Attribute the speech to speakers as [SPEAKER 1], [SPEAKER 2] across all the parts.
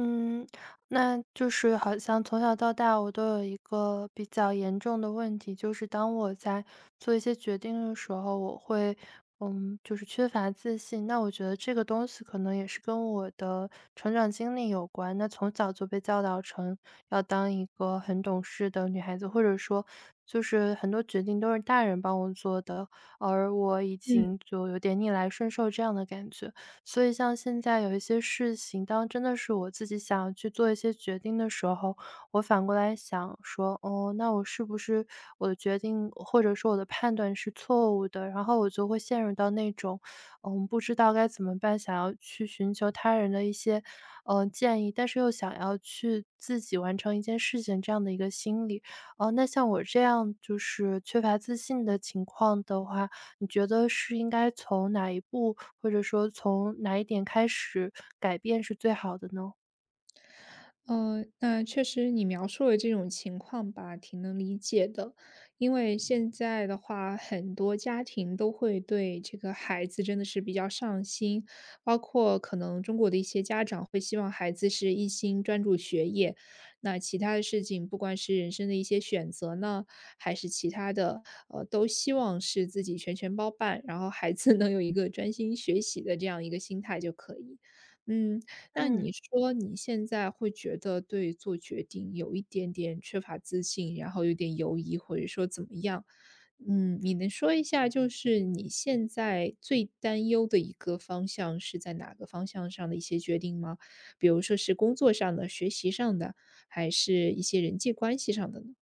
[SPEAKER 1] 嗯，那就是好像从小到大，我都有一个比较严重的问题，就是当我在做一些决定的时候，我会，就是缺乏自信。那我觉得这个东西可能也是跟我的成长经历有关。那从小就被教导成要当一个很懂事的女孩子，或者说，就是很多决定都是大人帮我做的，而我已
[SPEAKER 2] 嗯，
[SPEAKER 1] 经就有点逆来顺受这样的感觉。所以像现在有一些事情，当真的是我自己想要去做一些决定的时候，我反过来想说，哦，那我是不是我的决定或者说我的判断是错误的？然后我就会陷入到那种，不知道该怎么办，想要去寻求他人的一些，建议，但是又想要去自己完成一件事情这样的一个心理。哦、那像我这样就是缺乏自信的情况的话，你觉得是应该从哪一步，或者说从哪一点开始改变是最好的呢？
[SPEAKER 2] 那确实你描述的这种情况吧，挺能理解的。因为现在的话，很多家庭都会对这个孩子真的是比较上心，包括可能中国的一些家长会希望孩子是一心专注学业，那其他的事情，不管是人生的一些选择呢，还是其他的，都希望是自己全权包办，然后孩子能有一个专心学习的这样一个心态就可以。嗯，那
[SPEAKER 1] 嗯。
[SPEAKER 2] 你说你现在会觉得对做决定有一点点缺乏自信，然后有点犹疑，或者说怎么样？嗯，你能说一下，就是你现在最担忧的一个方向是在哪个方向上的一些决定吗？比如说是工作上的、学习上的，还是一些人际关系上的呢？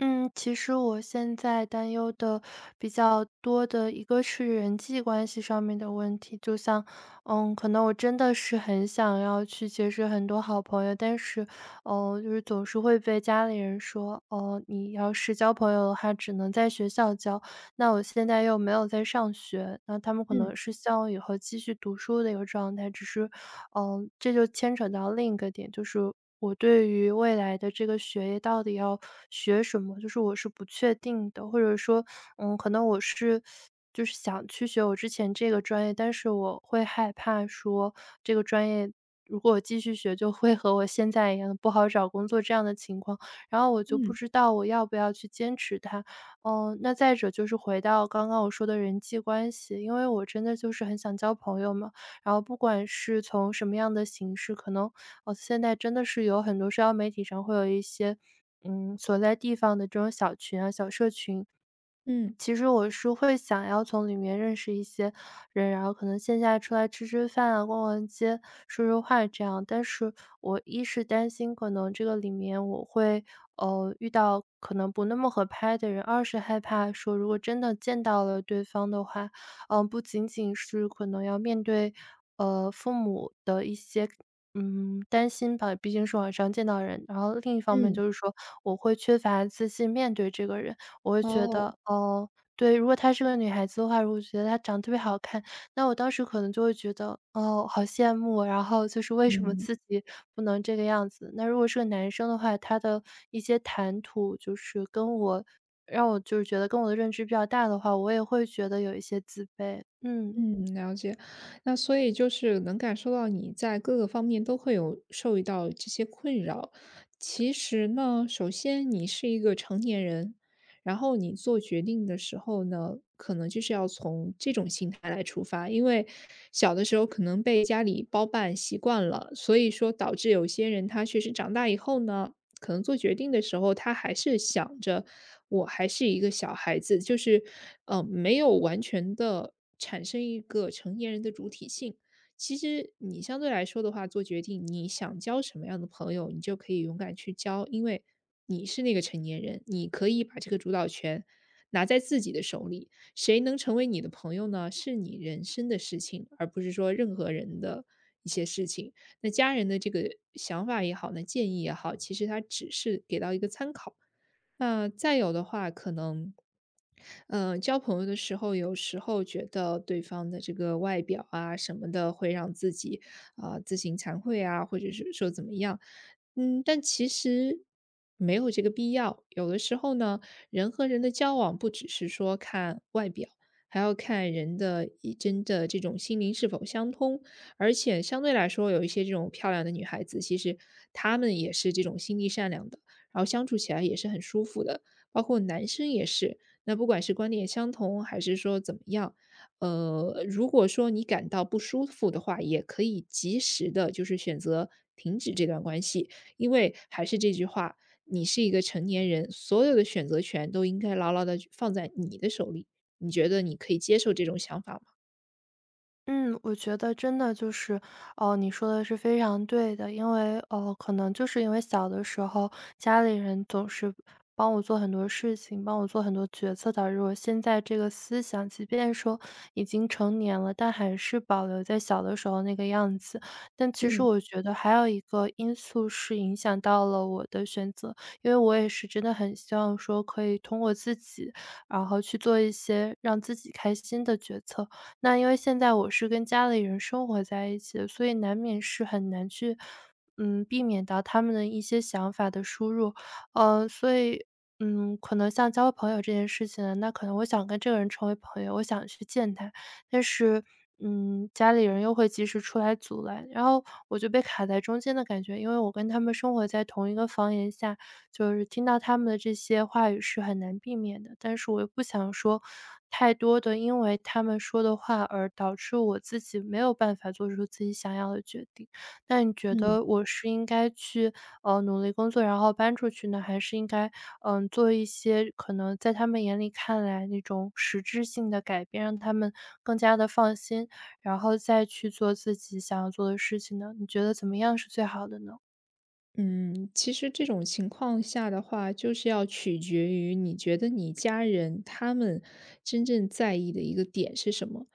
[SPEAKER 1] 嗯，其实我现在担忧的比较多的一个是人际关系上面的问题，就像，可能我真的是很想要去结识很多好朋友，但是，哦，就是总是会被家里人说，哦，你要是交朋友的话，只能在学校交。那我现在又没有在上学，那他们可
[SPEAKER 2] 嗯
[SPEAKER 1] 能是希望我以后继续读书的一个状态，只是嗯，这就牵扯到另一个点，就是我对于未来的这个学业到底要学什么，就是我是不确定的，或者说，可能我是就是想去学我之前这个专业，但是我会害怕说这个专业如果我继续学，就会和我现在一样不好找工作这样的情况，然后我就不
[SPEAKER 2] 嗯
[SPEAKER 1] 知道我要不要去坚持它。嗯，那再者就是回到刚刚我说的人际关系，因为我真的就是很想交朋友嘛。然后不管是从什么样的形式，可能现在真的是有很多社交媒体上会有一些所在地方的这种小群啊、小社群，
[SPEAKER 2] 嗯
[SPEAKER 1] 其实我是会想要从里面认识一些人，然后可能线下出来吃吃饭啊、逛逛街、说说话这样。但是我一是担心可能这个里面我会遇到可能不那么合拍的人，二是害怕说如果真的见到了对方的话，不仅仅是可能要面对，父母的一些，担心吧，毕竟是网上见到的人。然后另一方面
[SPEAKER 2] 嗯，
[SPEAKER 1] 就是说，我会缺乏自信面对这个人，我会觉
[SPEAKER 2] 哦，
[SPEAKER 1] 得，哦，对，如果她是个女孩子的话，如果觉得她长得特别好看，那我当时可能就会觉得，哦，好羡慕啊，然后就是为什么
[SPEAKER 2] 嗯。
[SPEAKER 1] 自己不能这个样子。那如果是个男生的话，他的一些谈吐就是跟我让我就是觉得跟我的认知比较大的话，我也会觉得有一些自卑。嗯。
[SPEAKER 2] 嗯，了解。那所以就是能感受到你在各个方面都会有受到这些困扰。其实呢，首先你是一个成年人，然后你做决定的时候呢，可能就是要从这种心态来出发，因为小的时候可能被家里包办习惯了，所以说导致有些人他确实长大以后呢，可能做决定的时候，他还是想着我还是一个小孩子，就是，没有完全的产生一个成年人的主体性。其实你相对来说的话，做决定，你想交什么样的朋友，你就可以勇敢去交，因为你是那个成年人，你可以把这个主导权拿在自己的手里。谁能成为你的朋友呢？是你人生的事情，而不是说任何人的一些事情。那家人的这个想法也好呢，建议也好，其实他只是给到一个参考。那再有的话，可能，交朋友的时候，有时候觉得对方的这个外表啊什么的，会让自己啊、自行惭愧啊，或者是说怎么样，嗯，但其实没有这个必要。有的时候呢，人和人的交往不只是说看外表。还要看人的一真的这种心灵是否相通，而且相对来说，有一些这种漂亮的女孩子，其实她们也是这种心地善良的。然后相处起来也是很舒服的。包括男生也是，那不管是观点相同还是说怎么样，如果说你感到不舒服的话，也可以及时的，就是选择停止这段关系。因为还是这句话，你是一个成年人，所有的选择权都应该牢牢的放在你的手里。你觉得你可以接受这种想法吗？
[SPEAKER 1] 嗯，我觉得真的就是，哦，你说的是非常对的，因为，哦，可能就是因为小的时候家里人总是帮我做很多事情，帮我做很多决策，导致我现在这个思想，即便说已经成年了，但还是保留在小的时候那个样子。但其实
[SPEAKER 2] 嗯
[SPEAKER 1] 我觉得还有一个因素是影响到了我的选择，因为我也是真的很希望说可以通过自己，然后去做一些让自己开心的决策。那因为现在我是跟家里人生活在一起的，所以难免是很难去，避免到他们的一些想法的输入。所以，可能像交朋友这件事情呢，那可能我想跟这个人成为朋友，我想去见他，但是，家里人又会及时出来阻拦，然后我就被卡在中间的感觉。因为我跟他们生活在同一个房檐下，就是听到他们的这些话语是很难避免的，但是我又不想说太多的，因为他们说的话而导致我自己没有办法做出自己想要的决定。那你觉
[SPEAKER 2] 嗯，
[SPEAKER 1] 得我是应该去，努力工作，然后搬出去呢，还是应该，做一些可能在他们眼里看来那种实质性的改变，让他们更加的放心，然后再去做自己想要做的事情呢？你觉得怎么样是最好的呢？
[SPEAKER 2] 嗯，其实这种情况下的话，就是要取决于你觉得你家人他们真正在意的一个点是什么。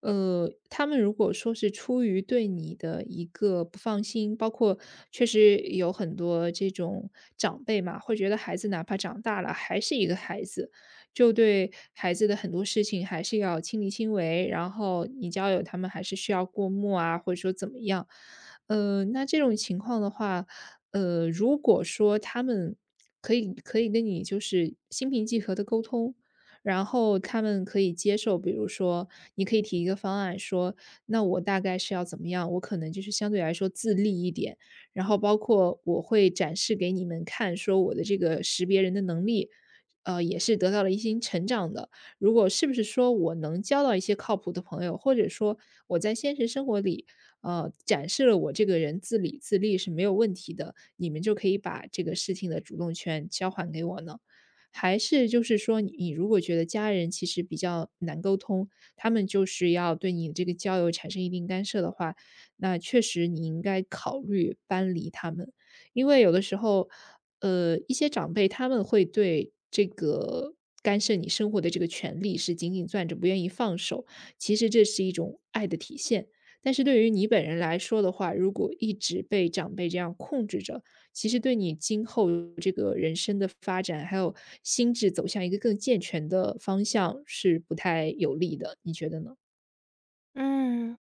[SPEAKER 2] 他们如果说是出于对你的一个不放心，包括确实有很多这种长辈嘛，会觉得孩子哪怕长大了还是一个孩子，就对孩子的很多事情还是要亲力亲为，然后你交友他们还是需要过目啊，或者说怎么样。那这种情况的话，如果说他们可以跟你就是心平气和的沟通，然后他们可以接受，比如说你可以提一个方案说，那我大概是要怎么样，我可能就是相对来说自立一点，然后包括我会展示给你们看，说我的这个识别人的能力，也是得到了一些成长的。如果是不是说我能交到一些靠谱的朋友，或者说我在现实生活里展示了我这个人自理自立是没有问题的，你们就可以把这个事情的主动权交还给我呢？还是就是说，你如果觉得家人其实比较难沟通，他们就是要对你这个交友产生一定干涉的话，那确实你应该考虑搬离他们。因为有的时候，一些长辈他们会对这个干涉你生活的这个权利是紧紧攥着，不愿意放手。其实这是一种爱的体现。但是对于你本人来说的话，如果一直被长辈这样控制着，其实对你今后这个人生的发展，还有心智走向一个更健全的方向是不太有利的，你觉得呢？
[SPEAKER 1] 嗯，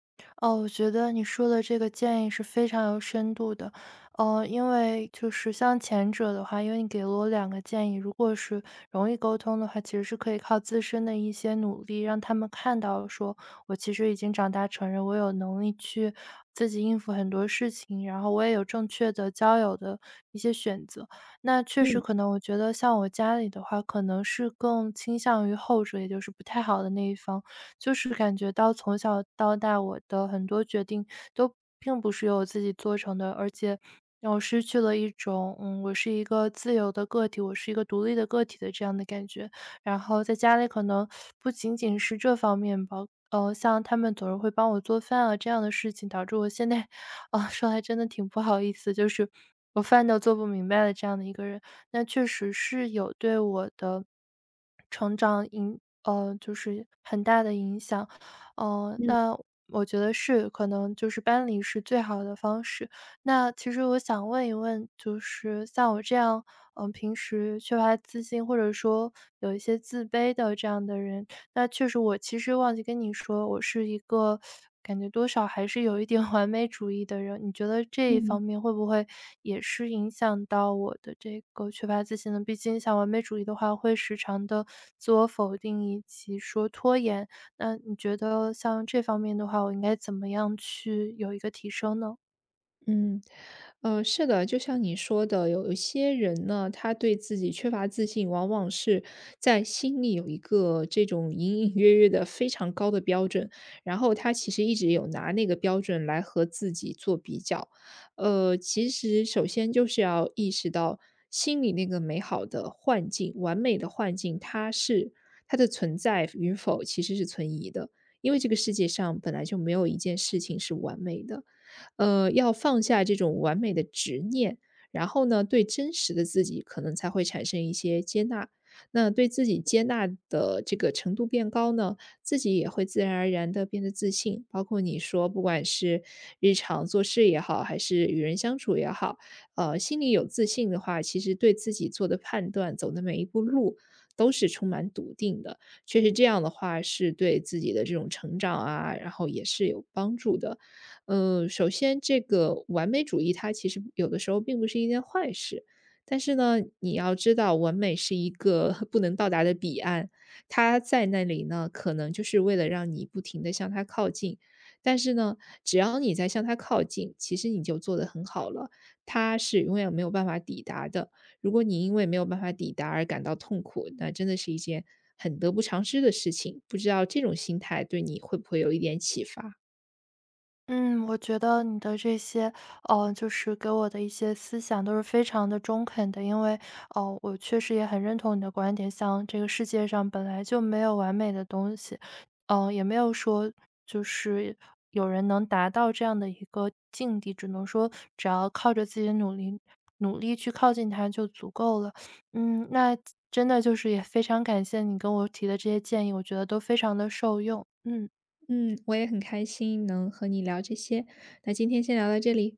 [SPEAKER 1] 哦，我觉得你说的这个建议是非常有深度的，因为就是像前者的话，因为你给了我两个建议，如果是容易沟通的话，其实是可以靠自身的一些努力，让他们看到说我其实已经长大成人，我有能力去自己应付很多事情，然后我也有正确的交友的一些选择。那确实
[SPEAKER 2] 嗯
[SPEAKER 1] 可能，我觉得像我家里的话，可能是更倾向于后者，也就是不太好的那一方。就是感觉到从小到大，我的很多决定都并不是由我自己做成的，而且让我失去了一种，我是一个自由的个体，我是一个独立的个体的这样的感觉。然后在家里可能不仅仅是这方面吧，像他们总是会帮我做饭啊这样的事情，导致我现在，啊，说来真的挺不好意思，就是我饭都做不明白的这样的一个人。那确实是有对我的成长就是很大的影响。呃，
[SPEAKER 2] 嗯
[SPEAKER 1] 那我觉得是，可能就是搬离是最好的方式。那其实我想问一问，就是像我这样，平时缺乏自信或者说有一些自卑的这样的人，那确实我其实忘记跟你说，我是一个感觉多少还是有一点 完美主义的人，你觉得这一
[SPEAKER 2] 嗯。
[SPEAKER 1] 方面会不会也是影响到我的这个缺乏自信呢？毕竟像完美主义的话，会时常的自我否定以及说拖延，那你觉得像这方面的话，我应该怎么样去有一个提升呢？
[SPEAKER 2] 嗯，是的，就像你说的，有一些人呢，他对自己缺乏自信，往往是在心里有一个这种隐隐约约的非常高的标准，然后他其实一直有拿那个标准来和自己做比较。其实首先就是要意识到心里那个美好的幻境、完美的幻境，它是它的存在与否其实是存疑的，因为这个世界上本来就没有一件事情是完美的。要放下这种完美的执念，然后呢，对真实的自己可能才会产生一些接纳。那对自己接纳的这个程度变高呢，自己也会自然而然的变得自信。包括你说，不管是日常做事也好，还是与人相处也好，心里有自信的话，其实对自己做的判断、走的每一步路都是充满笃定的。确实这样的话，是对自己的这种成长啊，然后也是有帮助的。首先这个完美主义它其实有的时候并不是一件坏事，但是呢，你要知道完美是一个 不能到达的彼岸，它在那里呢，可能就是为了让你不停的向它靠近，但是呢，只要你在向它靠近，其实你就做得很好了，它是永远没有办法抵达的。如果你因为没有办法抵达而感到痛苦，那真的是一件很得不偿失的事情。不知道这种心态对你会不会有一点启发？
[SPEAKER 1] 嗯，我觉得你的这些，就是给我的一些思想都是非常的中肯的，因为，哦，我确实也很认同你的观点，像这个世界上本来就没有完美的东西，也没有说就是有人能达到这样的一个境地，只能说只要靠着自己的努力，努力去靠近它就足够了。嗯，那真的就是也非常感谢你跟我提的这些建议，我觉得都非常的受用。嗯。
[SPEAKER 2] 嗯，我也很开心能和你聊这些，那今天先聊到这里。